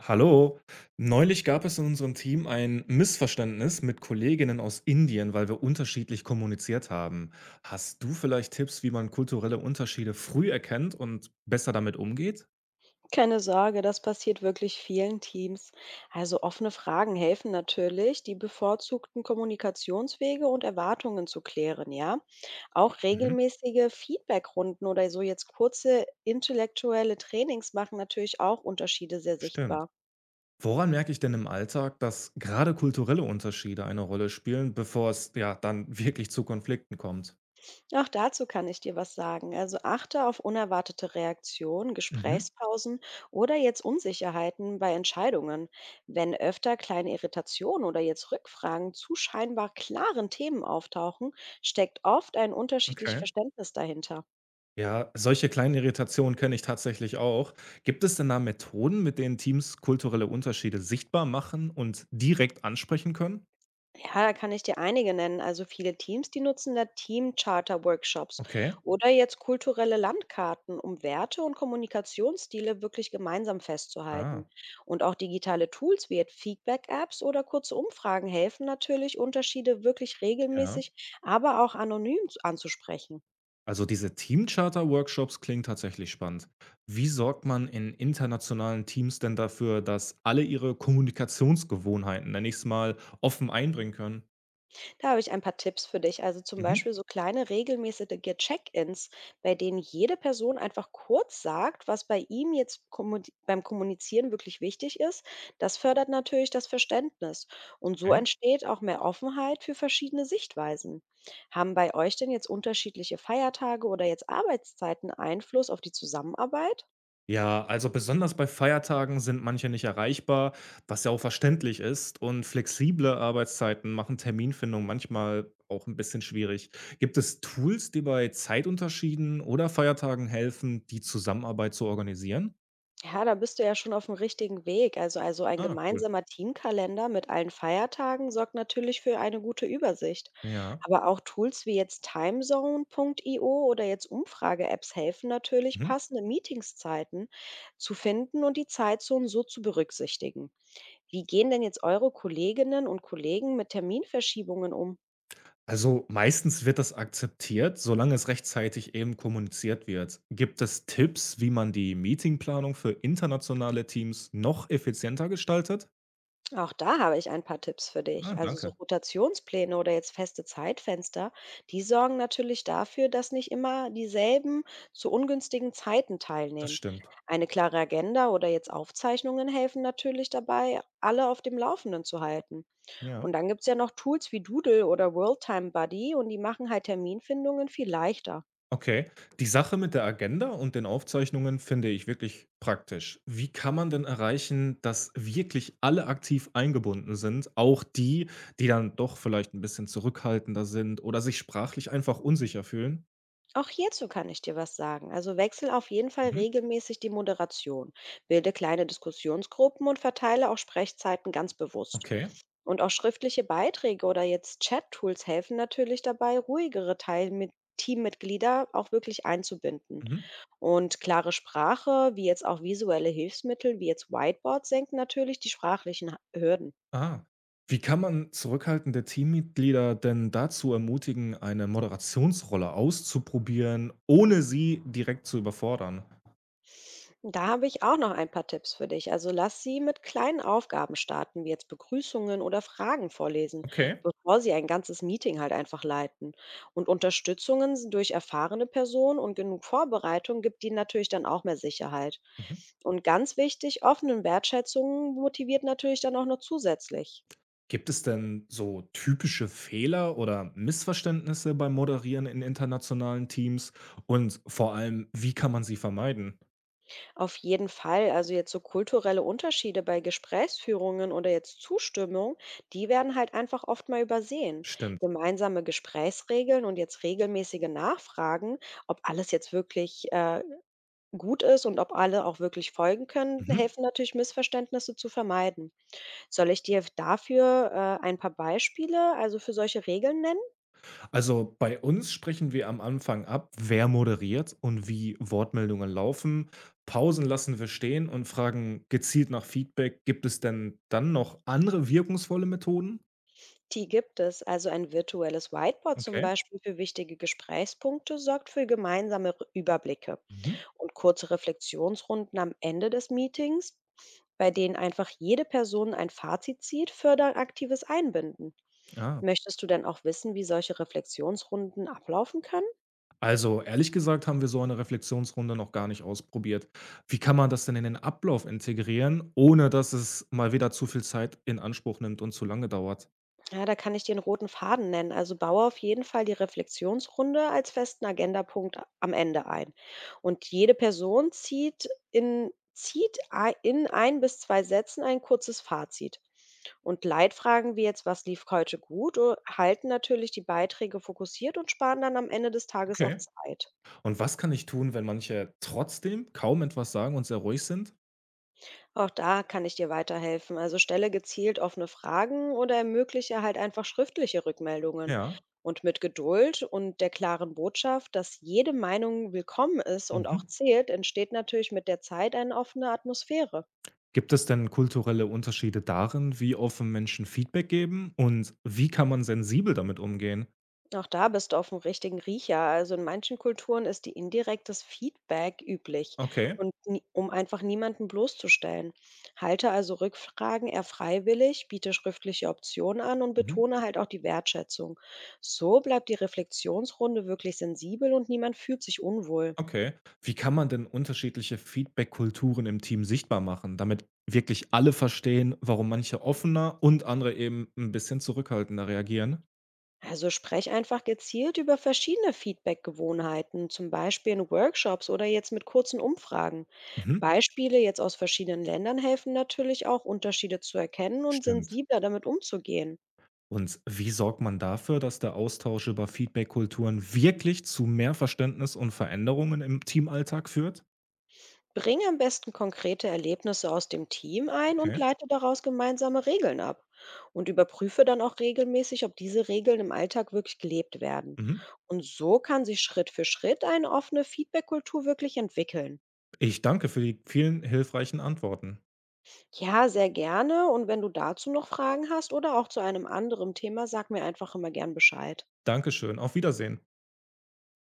Hallo, neulich gab es in unserem Team ein Missverständnis mit Kolleginnen aus Indien, weil wir unterschiedlich kommuniziert haben. Hast du vielleicht Tipps, wie man kulturelle Unterschiede früh erkennt und besser damit umgeht? Keine Sorge, das passiert wirklich vielen Teams. Also offene Fragen helfen natürlich, die bevorzugten Kommunikationswege und Erwartungen zu klären, ja. Auch Mhm, regelmäßige Feedbackrunden oder so jetzt kurze intellektuelle Trainings machen natürlich auch Unterschiede sehr stimmt. sichtbar. Woran merke ich denn im Alltag, dass gerade kulturelle Unterschiede eine Rolle spielen, bevor es ja dann wirklich zu Konflikten kommt? Auch dazu kann ich dir was sagen. Also achte auf unerwartete Reaktionen, Mhm, Gesprächspausen oder jetzt Unsicherheiten bei Entscheidungen. Wenn öfter kleine Irritationen oder jetzt Rückfragen zu scheinbar klaren Themen auftauchen, steckt oft ein unterschiedliches okay. Verständnis dahinter. Ja, solche kleinen Irritationen kenne ich tatsächlich auch. Gibt es denn da Methoden, mit denen Teams kulturelle Unterschiede sichtbar machen und direkt ansprechen können? Ja, da kann ich dir einige nennen. Also viele Teams, die nutzen da Team-Charter-Workshops Okay. oder jetzt kulturelle Landkarten, um Werte und Kommunikationsstile wirklich gemeinsam Ah, festzuhalten. Und auch digitale Tools wie jetzt Feedback-Apps oder kurze Umfragen helfen natürlich, Unterschiede wirklich ja. regelmäßig, aber auch anonym anzusprechen. Also diese Teamcharter-Workshops klingen tatsächlich spannend. Wie sorgt man in internationalen Teams denn dafür, dass alle ihre Kommunikationsgewohnheiten, nenne ich es mal, offen einbringen können? Da habe ich ein paar Tipps für dich. Also zum Mhm. Beispiel so kleine regelmäßige Check-ins, bei denen jede Person einfach kurz sagt, was bei ihm jetzt beim Kommunizieren wirklich wichtig ist. Das fördert natürlich das Verständnis. Und so entsteht auch mehr Offenheit für verschiedene Sichtweisen. Haben bei euch denn jetzt unterschiedliche Feiertage oder jetzt Arbeitszeiten Einfluss auf die Zusammenarbeit? Ja, also besonders bei Feiertagen sind manche nicht erreichbar, was ja auch verständlich ist. Und flexible Arbeitszeiten machen Terminfindung manchmal auch ein bisschen schwierig. Gibt es Tools, die bei Zeitunterschieden oder Feiertagen helfen, die Zusammenarbeit zu organisieren? Ja, da bist du ja schon auf dem richtigen Weg. Also ein Ah, cool. gemeinsamer Teamkalender mit allen Feiertagen sorgt natürlich für eine gute Übersicht. Ja. Aber auch Tools wie jetzt timezone.io oder jetzt Umfrage-Apps helfen natürlich, Mhm. passende Meetingszeiten zu finden und die Zeitzonen so zu berücksichtigen. Wie gehen denn jetzt eure Kolleginnen und Kollegen mit Terminverschiebungen um? Also meistens wird das akzeptiert, solange es rechtzeitig eben kommuniziert wird. Gibt es Tipps, wie man die Meetingplanung für internationale Teams noch effizienter gestaltet? Auch da habe ich ein paar Tipps für Ah, dich. Also so danke. Rotationspläne oder jetzt feste Zeitfenster, die sorgen natürlich dafür, dass nicht immer dieselben zu ungünstigen Zeiten Das teilnehmen. stimmt. Eine klare Agenda oder jetzt Aufzeichnungen helfen natürlich dabei, alle auf dem Laufenden zu halten. Ja. Und dann gibt es ja noch Tools wie Doodle oder Worldtime Buddy und die machen halt Terminfindungen viel leichter. Okay. Die Sache mit der Agenda und den Aufzeichnungen finde ich wirklich praktisch. Wie kann man denn erreichen, dass wirklich alle aktiv eingebunden sind, auch die, die dann doch vielleicht ein bisschen zurückhaltender sind oder sich sprachlich einfach unsicher fühlen? Auch hierzu kann ich dir was sagen. Also wechsel auf jeden Fall Mhm. regelmäßig die Moderation, bilde kleine Diskussionsgruppen und verteile auch Sprechzeiten ganz bewusst. Okay. Und auch schriftliche Beiträge oder jetzt Chat-Tools helfen natürlich dabei, ruhigere Teil mit Teammitglieder auch wirklich einzubinden. Mhm. Und klare Sprache, wie jetzt auch visuelle Hilfsmittel, wie jetzt Whiteboards, senken natürlich die sprachlichen Hürden. Ah. Wie kann man zurückhaltende Teammitglieder denn dazu ermutigen, eine Moderationsrolle auszuprobieren, ohne sie direkt zu überfordern? Da habe ich auch noch ein paar Tipps für dich. Also lass sie mit kleinen Aufgaben starten, wie jetzt Begrüßungen oder Fragen vorlesen, Okay. bevor sie ein ganzes Meeting halt einfach leiten. Und Unterstützungen durch erfahrene Personen und genug Vorbereitung gibt ihnen natürlich dann auch mehr Sicherheit. Mhm. Und ganz wichtig, offenen Wertschätzungen motiviert natürlich dann auch noch zusätzlich. Gibt es denn so typische Fehler oder Missverständnisse beim Moderieren in internationalen Teams? Und vor allem, wie kann man sie vermeiden? Auf jeden Fall. Also jetzt so kulturelle Unterschiede bei Gesprächsführungen oder jetzt Zustimmung, die werden halt einfach oft mal übersehen. Stimmt. Gemeinsame Gesprächsregeln und jetzt regelmäßige Nachfragen, ob alles jetzt wirklich gut ist und ob alle auch wirklich folgen können, Mhm. helfen natürlich, Missverständnisse zu vermeiden. Soll ich dir dafür ein paar Beispiele, also für solche Regeln nennen? Also bei uns sprechen wir am Anfang ab, wer moderiert und wie Wortmeldungen laufen. Pausen lassen wir stehen und fragen gezielt nach Feedback. Gibt es denn dann noch andere wirkungsvolle Methoden? Die gibt es. Also ein virtuelles Whiteboard zum Okay. Beispiel für wichtige Gesprächspunkte sorgt für gemeinsame Überblicke. Mhm. Und kurze Reflexionsrunden am Ende des Meetings, bei denen einfach jede Person ein Fazit zieht, fördern aktives Einbinden. Ah, Möchtest du denn auch wissen, wie solche Reflexionsrunden ablaufen können? also ehrlich gesagt haben wir so eine Reflexionsrunde noch gar nicht ausprobiert. Wie kann man das denn in den Ablauf integrieren, ohne dass es mal wieder zu viel Zeit in Anspruch nimmt und zu lange dauert? Ja, da kann ich den roten Faden nennen. Also baue auf jeden Fall die Reflexionsrunde als festen Agendapunkt am Ende ein. Und jede Person zieht in 1 bis 2 Sätzen ein kurzes Fazit. Und Leitfragen wie jetzt, was lief heute gut, halten natürlich die Beiträge fokussiert und sparen dann am Ende des Tages auch Okay. Zeit. Und was kann ich tun, wenn manche trotzdem kaum etwas sagen und sehr ruhig sind? Auch da kann ich dir weiterhelfen. Also stelle gezielt offene Fragen oder ermögliche halt einfach schriftliche Rückmeldungen. Ja. Und mit Geduld und der klaren Botschaft, dass jede Meinung willkommen ist und auch Mhm. zählt, entsteht natürlich mit der Zeit eine offene Atmosphäre. Gibt es denn kulturelle Unterschiede darin, wie offen Menschen Feedback geben, und wie kann man sensibel damit umgehen? Auch da bist du auf dem richtigen Riecher. Also in manchen Kulturen ist die indirektes Feedback üblich Okay. und um einfach niemanden bloßzustellen. Halte also Rückfragen eher freiwillig, biete schriftliche Optionen an und Mhm. betone halt auch die Wertschätzung. So bleibt die Reflexionsrunde wirklich sensibel und niemand fühlt sich unwohl. Okay. Wie kann man denn unterschiedliche Feedback-Kulturen im Team sichtbar machen, damit wirklich alle verstehen, warum manche offener und andere eben ein bisschen zurückhaltender reagieren? Also sprech einfach gezielt über verschiedene Feedback-Gewohnheiten, zum Beispiel in Workshops oder jetzt mit kurzen Umfragen. Mhm. Beispiele jetzt aus verschiedenen Ländern helfen natürlich auch, Unterschiede zu erkennen und Stimmt. sensibler damit umzugehen. Und wie sorgt man dafür, dass der Austausch über Feedback-Kulturen wirklich zu mehr Verständnis und Veränderungen im Teamalltag führt? Bring am besten konkrete Erlebnisse aus dem Team ein und Okay. leite daraus gemeinsame Regeln ab. Und überprüfe dann auch regelmäßig, ob diese Regeln im Alltag wirklich gelebt werden. Mhm. Und so kann sich Schritt für Schritt eine offene Feedback-Kultur wirklich entwickeln. Ich danke für die vielen hilfreichen Antworten. Ja, sehr gerne. Und wenn du dazu noch Fragen hast oder auch zu einem anderen Thema, sag mir einfach immer gern Bescheid. Dankeschön. Auf Wiedersehen.